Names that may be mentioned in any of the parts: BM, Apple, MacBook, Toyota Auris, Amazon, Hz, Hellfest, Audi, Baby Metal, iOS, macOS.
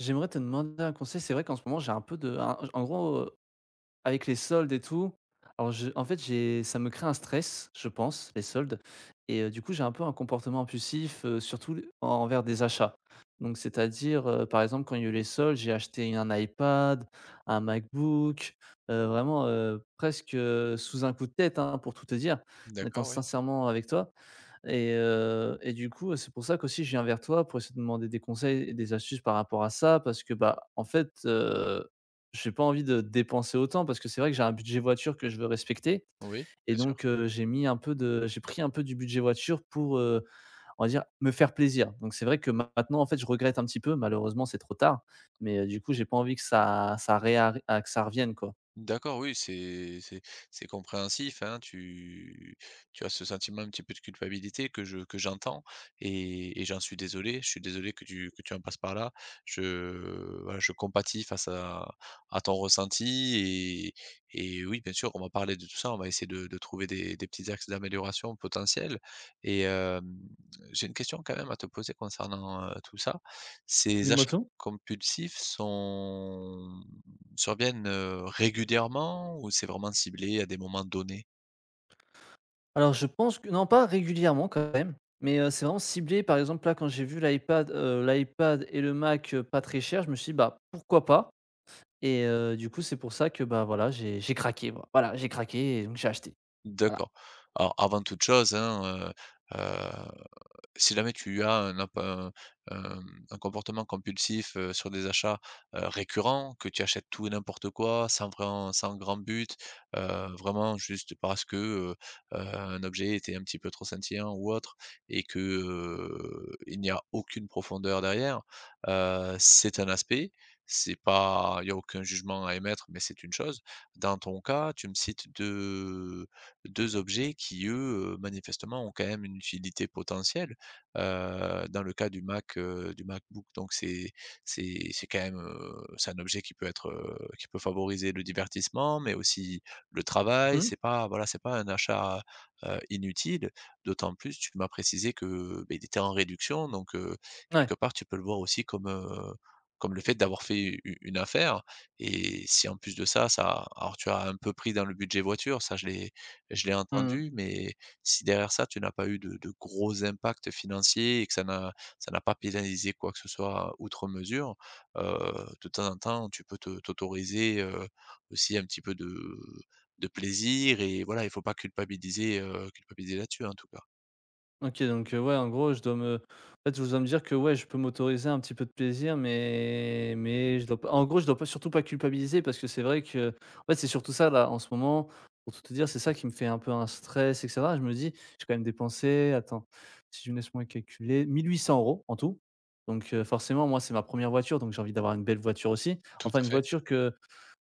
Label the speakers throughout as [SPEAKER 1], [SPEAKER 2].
[SPEAKER 1] J'aimerais te demander un conseil. C'est vrai qu'en ce moment, j'ai un peu de un en gros, avec les soldes et tout, alors je en fait, j'ai ça me crée un stress, je pense, les soldes et du coup, j'ai un peu un comportement impulsif, surtout l envers des achats. Donc c'est-à-dire, par exemple, quand il y a eu les soldes, j'ai acheté un iPad, un MacBook, vraiment, presque, sous un coup de tête, hein, pour tout te dire, en étant
[SPEAKER 2] D'accord, oui.
[SPEAKER 1] sincèrement avec toi et du coup, c'est pour ça qu'aussi je viens vers toi pour essayer de demander des conseils et des astuces par rapport à ça parce que, bah, en fait, j'ai pas envie de dépenser autant parce que c'est vrai que j'ai un budget voiture que je veux respecter
[SPEAKER 2] Oui,
[SPEAKER 1] et
[SPEAKER 2] bien sûr.
[SPEAKER 1] donc j'ai pris un peu du budget voiture pour, on va dire, me faire plaisir. Donc c'est vrai que maintenant, en fait, je regrette un petit peu. Malheureusement, c'est trop tard, mais du coup, j'ai pas envie que que ça revienne, quoi.
[SPEAKER 2] D'accord, oui, c'est c'est compréhensif, hein. Tu as ce sentiment un petit peu de culpabilité que j'entends et j'en suis désolé. Je suis désolé que tu en passes par là. Je voilà, je compatis face à ton ressenti et oui, bien sûr, on va parler de tout ça. On va essayer de trouver des petits axes d'amélioration potentiels et j'ai une question quand même à te poser concernant, tout ça.
[SPEAKER 1] Du
[SPEAKER 2] Ces achats
[SPEAKER 1] moto?
[SPEAKER 2] compulsifs sont surviennent, régulièrement ou c'est vraiment ciblé à des moments donnés?
[SPEAKER 1] Alors je pense que non, pas régulièrement quand même, mais c'est vraiment ciblé. Par exemple, là, quand j'ai vu l'iPad, l'iPad et le Mac, pas très cher, je me suis dit: «Bah, pourquoi pas?» Et du coup, c'est pour ça que, bah, voilà, j'ai craqué, et donc j'ai acheté. Voilà.
[SPEAKER 2] D'accord. Alors avant toute chose, hein, heu, si jamais tu as un un comportement compulsif, sur des achats, récurrents, que tu achètes tout et n'importe quoi, sans grand but, vraiment juste parce que, un objet était un petit peu trop scintillant ou autre et que, il n'y a aucune profondeur derrière, c'est un aspect. C'est pas il y a aucun jugement à émettre, mais c'est une chose. Dans ton cas, tu me cites 2 2 objets qui, eux, manifestement ont quand même une utilité potentielle. Dans le cas du Mac, du MacBook, donc c'est c'est quand même, c'est un objet qui peut être, qui peut favoriser le divertissement, mais aussi le travail.
[SPEAKER 1] Mmh.
[SPEAKER 2] C'est pas, voilà, c'est pas un achat, inutile. D'autant plus, tu m'as précisé que, beh, il était en réduction, donc
[SPEAKER 1] Ouais.
[SPEAKER 2] quelque part, tu peux le voir aussi comme, comme le fait d'avoir fait u une affaire et si en plus de ça, ça alors tu as un peu pris dans le budget voiture, ça je l'ai
[SPEAKER 1] Mmh.
[SPEAKER 2] entendu, mais si derrière ça, tu n'as pas eu de gros impacts financiers et que ça n'a pas pénalisé quoi que ce soit outre mesure, heu, de temps en temps, tu peux te t'autoriser, aussi un petit peu de plaisir et voilà, il faut pas culpabiliser, culpabiliser là-dessus, en tout cas.
[SPEAKER 1] OK, donc ouais, en gros, je dois me en fait, je dois me dire que, ouais, je peux m'autoriser un petit peu de plaisir, mais je dois pas surtout pas culpabiliser parce que c'est vrai que, en fait, c'est surtout ça, là, en ce moment, pour tout te dire, c'est ça qui me fait un peu un stress et cetera. Je me dis: «J'ai quand même dépensé, attends, si je me laisse-moi calculer, 1 800 euros en tout». Donc forcément, moi, c'est ma première voiture, donc j'ai envie d'avoir une belle voiture aussi.
[SPEAKER 2] Tout
[SPEAKER 1] Enfin,
[SPEAKER 2] à
[SPEAKER 1] une
[SPEAKER 2] fait.
[SPEAKER 1] voiture que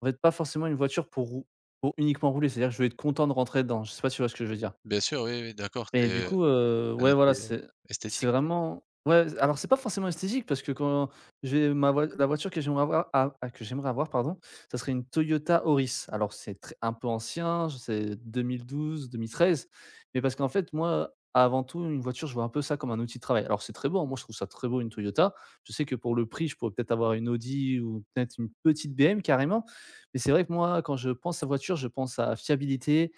[SPEAKER 1] en fait, pas forcément une voiture pour uniquement rouler, c'est-à-dire que je vais être content de rentrer dedans. Je sais pas si tu vois ce que je veux dire?
[SPEAKER 2] Bien sûr, oui, oui, d'accord,
[SPEAKER 1] Et du
[SPEAKER 2] c'est
[SPEAKER 1] coup,
[SPEAKER 2] un
[SPEAKER 1] ouais,
[SPEAKER 2] aspect,
[SPEAKER 1] voilà, c'est
[SPEAKER 2] esthétique, oui.
[SPEAKER 1] vraiment ouais, alors c'est pas forcément esthétique parce que quand j'ai ma voi la voiture que j'aimerais avoir a a que j'aimerais avoir pardon, ça serait une Toyota Auris. Alors c'est très un peu ancien, c'est 2012, 2013. Mais parce qu'en fait, moi, avant tout, une voiture, je vois un peu ça comme un outil de travail. Alors c'est très beau, hein, moi je trouve ça très beau, une Toyota. Je sais que pour le prix, je pourrais peut-être avoir une Audi ou peut-être une petite BM carrément, mais c'est vrai que moi, quand je pense à voiture, je pense à fiabilité,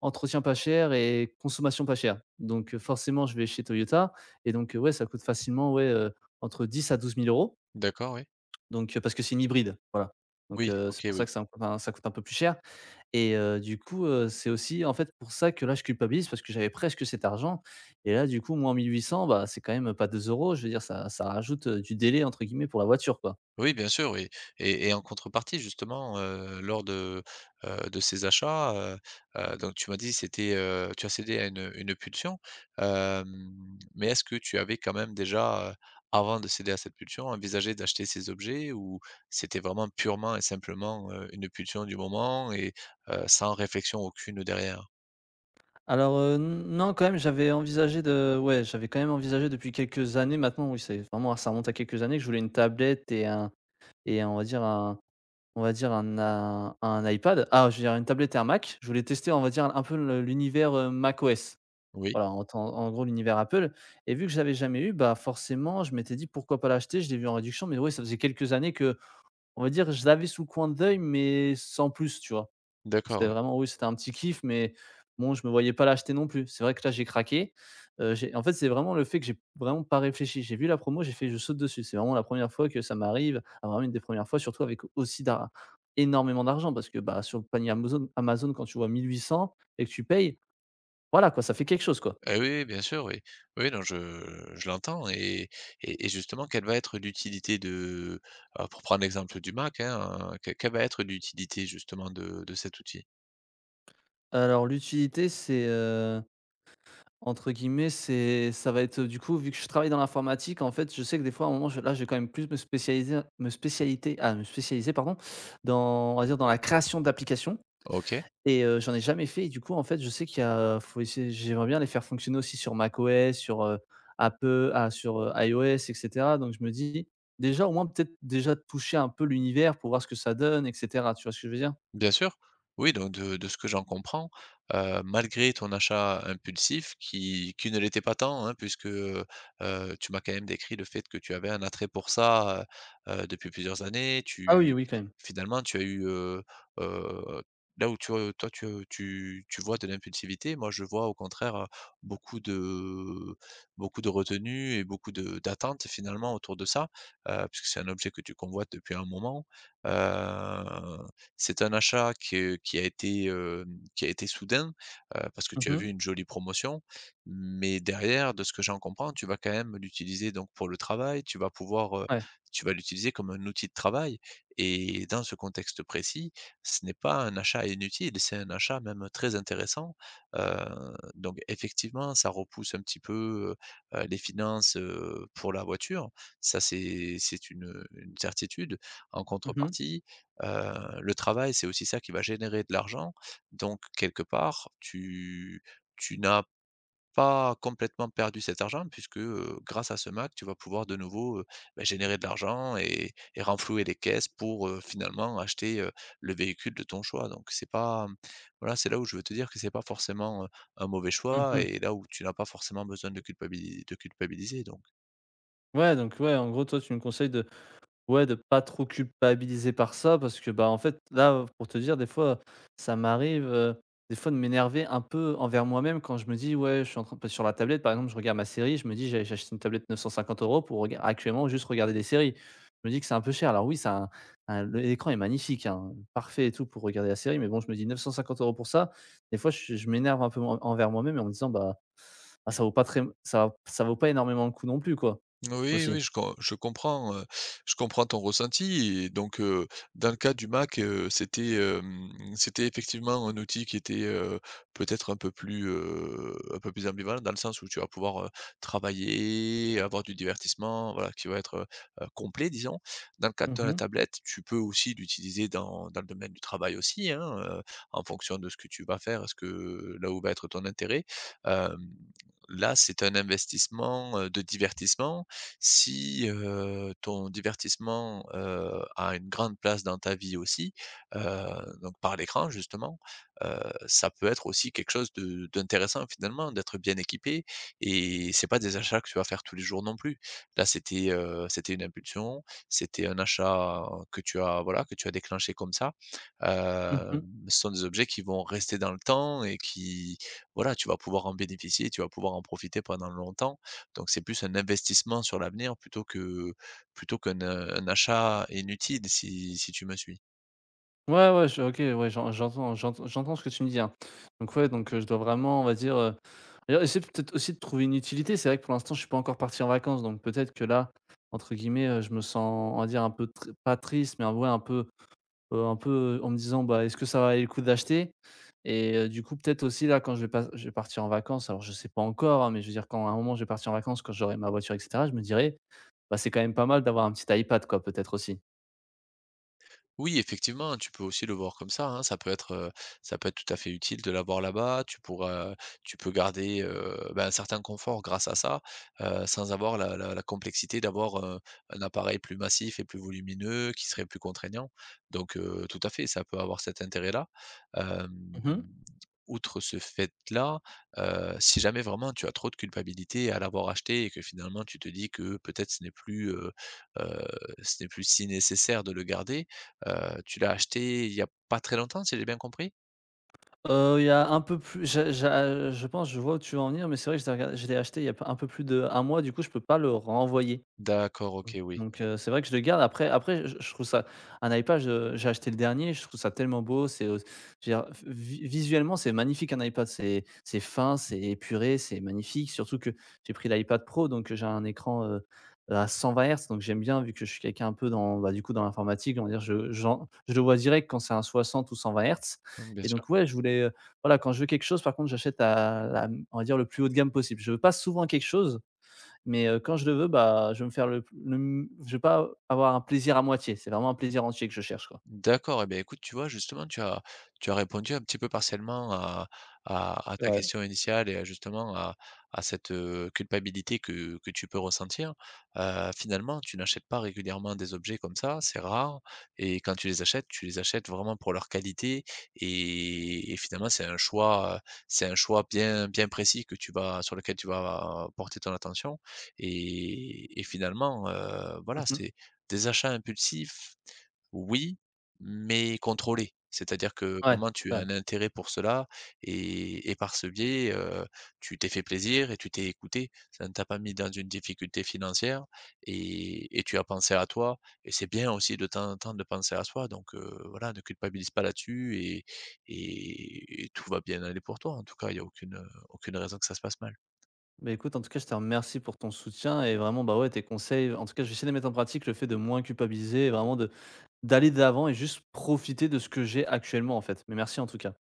[SPEAKER 1] entretien pas cher et consommation pas chère. Donc, forcément, je vais chez Toyota et donc, ouais, ça coûte facilement, ouais, entre 10 000 à 12 000 €.
[SPEAKER 2] D'accord, oui.
[SPEAKER 1] Donc, parce que c'est une hybride, voilà. Donc,
[SPEAKER 2] Oui,
[SPEAKER 1] c'est
[SPEAKER 2] OK,
[SPEAKER 1] pour ça
[SPEAKER 2] oui.
[SPEAKER 1] que ça enfin, ça coûte un peu plus cher et du coup, c'est aussi, en fait, pour ça que là, je culpabilise parce que j'avais presque cet argent et là, du coup, moins 1 800, bah, c'est quand même pas 2 €. Je veux dire, ça rajoute, du «délai» entre guillemets pour la voiture, quoi.
[SPEAKER 2] Oui, bien sûr, oui et en contrepartie justement, lors de ces achats, donc tu m'as dit c'était, tu as cédé à une pulsion, mais est-ce que tu avais quand même déjà, avant de céder à cette pulsion, envisagé d'acheter ces objets ou c'était vraiment purement et simplement, une pulsion du moment et sans réflexion aucune derrière?
[SPEAKER 1] Alors, non, quand même, j'avais quand même envisagé depuis quelques années maintenant, oui, c'est vraiment ça remonte à quelques années que je voulais une tablette et un et on va dire un on va dire un a un iPad. Ah, je veux dire, une tablette et un Mac. Je voulais tester, on va dire, un peu le l'univers, macOS.
[SPEAKER 2] Oui,
[SPEAKER 1] Voilà, en gros, l'univers Apple. Et vu que je l'avais jamais eu, bah, forcément, je m'étais dit: «Pourquoi pas l'acheter?» Je l'ai vu en réduction, mais ouais, ça faisait quelques années que, on va dire, je l'avais sous le coin de l'œil, mais sans plus, tu vois? Donc c'était
[SPEAKER 2] d'accord.
[SPEAKER 1] vraiment oui, c'était un petit kiff, mais bon, je me voyais pas l'acheter non plus. C'est vrai que là, j'ai craqué. J'ai En fait, c'est vraiment le fait que j'ai vraiment pas réfléchi. J'ai vu la promo, j'ai fait: «Je saute dessus». C'est vraiment la première fois que ça m'arrive, ah, vraiment une des premières fois, surtout avec aussi d'ar énormément d'argent parce que, bah, sur le panier Amazon, quand tu vois 1 800 et que tu payes, voilà quoi, ça fait quelque chose, quoi.
[SPEAKER 2] Eh oui, oui, bien sûr, oui. Oui, non, je l'entends et justement, quelle va être l'utilité de alors pour prendre l'exemple du Mac, hein, que quelle va être l'utilité justement de cet outil?
[SPEAKER 1] Alors l'utilité, c'est, entre guillemets, c'est ça va être, du coup, vu que je travaille dans l'informatique, en fait, je sais que des fois, à un moment, je là, je vais quand même plus me spécialiser me spécialité ah, me spécialiser, pardon, dans on va dire dans la création d'applications.
[SPEAKER 2] OK.
[SPEAKER 1] Et j'en ai jamais fait et du coup, en fait, je sais qu'il y a faut essayer j'aimerais bien les faire fonctionner aussi sur macOS, sur, iOS et cetera. Donc je me dis: «Déjà, au moins, peut-être, déjà toucher un peu l'univers pour voir ce que ça donne et cetera». Tu vois ce que je veux dire?
[SPEAKER 2] Bien sûr. Oui, donc de ce que j'en comprends, malgré ton achat impulsif qui ne l'était pas tant, hein, puisque, tu m'as quand même décrit le fait que tu avais un attrait pour ça, depuis plusieurs années.
[SPEAKER 1] Ah oui,
[SPEAKER 2] Tu
[SPEAKER 1] oui, quand même.
[SPEAKER 2] finalement, tu as eu, heu, là où tu, toi tu, tu vois de l'impulsivité, moi je vois au contraire, beaucoup de beaucoup de retenue et beaucoup de d'attentes finalement autour de ça, puisque c'est un objet que tu convoites depuis un moment, heu c'est un achat que qui a été soudain, parce que tu as
[SPEAKER 1] Mmh.
[SPEAKER 2] vu une jolie promotion, mais derrière, de ce que j'en comprends, tu vas quand même l'utiliser donc pour le travail, tu vas pouvoir,
[SPEAKER 1] Ouais.
[SPEAKER 2] tu vas l'utiliser comme un outil de travail et dans ce contexte précis, ce n'est pas un achat inutile, c'est un achat même très intéressant, donc effectivement, ça repousse un petit peu, les finances, pour la voiture. Ça, c'est une certitude. En
[SPEAKER 1] Mmh mh.
[SPEAKER 2] contrepartie, le travail, c'est aussi ça qui va générer de l'argent, donc quelque part, tu n'as pas complètement perdu cet argent puisque, grâce à ce Mac, tu vas pouvoir de nouveau, beh, générer de l'argent et renflouer les caisses pour, finalement acheter, le véhicule de ton choix, donc c'est pas, mmh, voilà, c'est là où je veux te dire que c'est pas forcément, un mauvais choix
[SPEAKER 1] Mmh.
[SPEAKER 2] et là où tu n'as pas forcément besoin de culpabiliser donc
[SPEAKER 1] Ouais donc ouais, en gros, toi, tu me conseilles de pas trop culpabiliser par ça parce que, bah, en fait, là, pour te dire, des fois, ça m'arrive, des fois de m'énerver un peu envers moi-même quand je me dis: «Ouais, je suis en train», parce sur la tablette, par exemple, je regarde ma série, je me dis: «J'ai acheté une tablette 950 € pour rega actuellement juste regarder des séries». Je me dis que c'est un peu cher. Alors oui, ça a un le- l'écran est magnifique, hein, parfait et tout pour regarder la série, mais bon, je me dis: «950 € pour ça». Des fois, je m'énerve un peu en envers moi-même en me disant: «Bah, ah, ça vaut pas énormément le coup non plus, quoi».
[SPEAKER 2] Oui,
[SPEAKER 1] Aussi.
[SPEAKER 2] oui, je comprends, je comprends ton ressenti et donc dans le cas du Mac, c'était, c'était effectivement un outil qui était, peut-être un peu plus ambivalent dans le sens où tu vas pouvoir, travailler, avoir du divertissement, voilà, qui va être, complet disons. Dans le cadre de la
[SPEAKER 1] Mmh.
[SPEAKER 2] tablette, tu peux aussi l'utiliser dans le domaine du travail aussi, hein, en fonction de ce que tu vas faire, ce que là où va être ton intérêt. Hem, là, c'est un investissement, de divertissement si, ton divertissement, a une grande place dans ta vie aussi, heu, donc par l'écran justement, heu, ça peut être aussi quelque chose de d'intéressant finalement, d'être bien équipé et c'est pas des achats que tu vas faire tous les jours non plus. Là, c'était, c'était une impulsion, c'était un achat que tu as voilà, que tu as déclenché comme ça, hem,
[SPEAKER 1] Mmh.
[SPEAKER 2] ce sont des objets qui vont rester dans le temps et qui voilà, tu vas pouvoir en bénéficier, tu vas pouvoir en profiter pendant longtemps donc c'est plus un investissement sur l'avenir plutôt que plutôt qu'un, un achat inutile si tu me suis.
[SPEAKER 1] Ouais, ouais, je OK, ouais, j'entends ce que tu me dis, hein. Donc ouais, donc, je dois vraiment, on va dire, d'ailleurs essayer peut-être aussi de trouver une utilité. C'est vrai que pour l'instant, je suis pas encore parti en vacances, donc peut-être que là, entre guillemets, je me sens, on va dire, un peu tr pas triste, mais ouais, un peu, heu, un peu en me disant: «Bah, est-ce que ça va valait le coup d'acheter?» Et du coup, peut-être aussi là, quand je vais pas je vais partir en vacances, alors je sais pas encore, hein, mais je veux dire, quand à un moment je vais partir en vacances, quand j'aurai ma voiture et cetera, je me dirai: «Bah, c'est quand même pas mal d'avoir un petit iPad», quoi, peut-être aussi.
[SPEAKER 2] Oui, effectivement, tu peux aussi le voir comme ça, hein. Ça peut être tout à fait utile de l'avoir là-bas. Tu pourras tu peux garder, bah, un certain confort grâce à ça, sans avoir la complexité d'avoir un appareil plus massif et plus volumineux qui serait plus contraignant. Donc, tout à fait, ça peut avoir cet intérêt-là. Hem,
[SPEAKER 1] Mmh.
[SPEAKER 2] outre ce fait-là, si jamais vraiment tu as trop de culpabilité à l'avoir acheté et que finalement tu te dis que peut-être heu, ce n'est plus si nécessaire de le garder. Tu l'as acheté il y a pas très longtemps, si j'ai bien compris?
[SPEAKER 1] Il y a un peu plus j'a j'a je pense Je vois où tu veux en venir, mais c'est vrai que je l'ai acheté il y a pas un peu plus d'un mois, du coup, je peux pas le renvoyer.
[SPEAKER 2] D'accord,
[SPEAKER 1] Mmh.
[SPEAKER 2] OK, oui.
[SPEAKER 1] Donc c'est vrai que je le garde, après je trouve ça, un iPad, je j'ai acheté le dernier, je trouve ça tellement beau, c'est, je veux dire, vi visuellement c'est magnifique, un iPad, c'est fin, c'est épuré, c'est magnifique, surtout que j'ai pris l'iPad Pro, donc j'ai un écran, à 120 Hz. Donc j'aime bien, vu que je suis quelqu'un un peu dans, bah, du coup dans l'informatique, on va dire je le vois direct quand c'est un 60 ou 120 Hz.
[SPEAKER 2] Mmh, bien
[SPEAKER 1] Et
[SPEAKER 2] sûr.
[SPEAKER 1] donc ouais, je voulais, voilà, quand je veux quelque chose, par contre j'achète à la on va dire le plus haut de gamme possible. Je veux pas souvent quelque chose, mais quand je le veux, bah, je vais me faire le m je vais pas avoir un plaisir à moitié. C'est vraiment un plaisir entier que je cherche, quoi.
[SPEAKER 2] D'accord et beh, écoute, tu vois, justement, tu as répondu un petit peu partiellement à à ta
[SPEAKER 1] Ouais.
[SPEAKER 2] question initiale et à justement à cette, culpabilité que tu peux ressentir. Finalement, tu n'achètes pas régulièrement des objets comme ça, c'est rare et quand tu les achètes vraiment pour leur qualité et finalement, c'est un choix bien précis que tu vas sur lequel tu vas porter ton attention et finalement, voilà,
[SPEAKER 1] Mmh.
[SPEAKER 2] c'est des achats impulsifs oui, mais contrôlé. C'est-à-dire que
[SPEAKER 1] Ouais,
[SPEAKER 2] vraiment tu
[SPEAKER 1] c'est
[SPEAKER 2] as
[SPEAKER 1] vrai.
[SPEAKER 2] un intérêt pour cela et par ce biais, tu t'es fait plaisir et tu t'es écouté. Ça ne t'a pas mis dans une difficulté financière et tu as pensé à toi et c'est bien aussi de temps en temps de penser à soi donc voilà, ne culpabilise pas là-dessus et tout va bien aller pour toi. En tout cas, il n'y a aucune, aucune raison que ça se passe mal.
[SPEAKER 1] Bah, écoute, en tout cas, je te remercie pour ton soutien et vraiment, bah, ouais, tes conseils, en tout cas, je vais essayer de mettre en pratique le fait de moins culpabiliser et vraiment de d'aller de l'avant et juste profiter de ce que j'ai actuellement, en fait. Mais merci, en tout cas.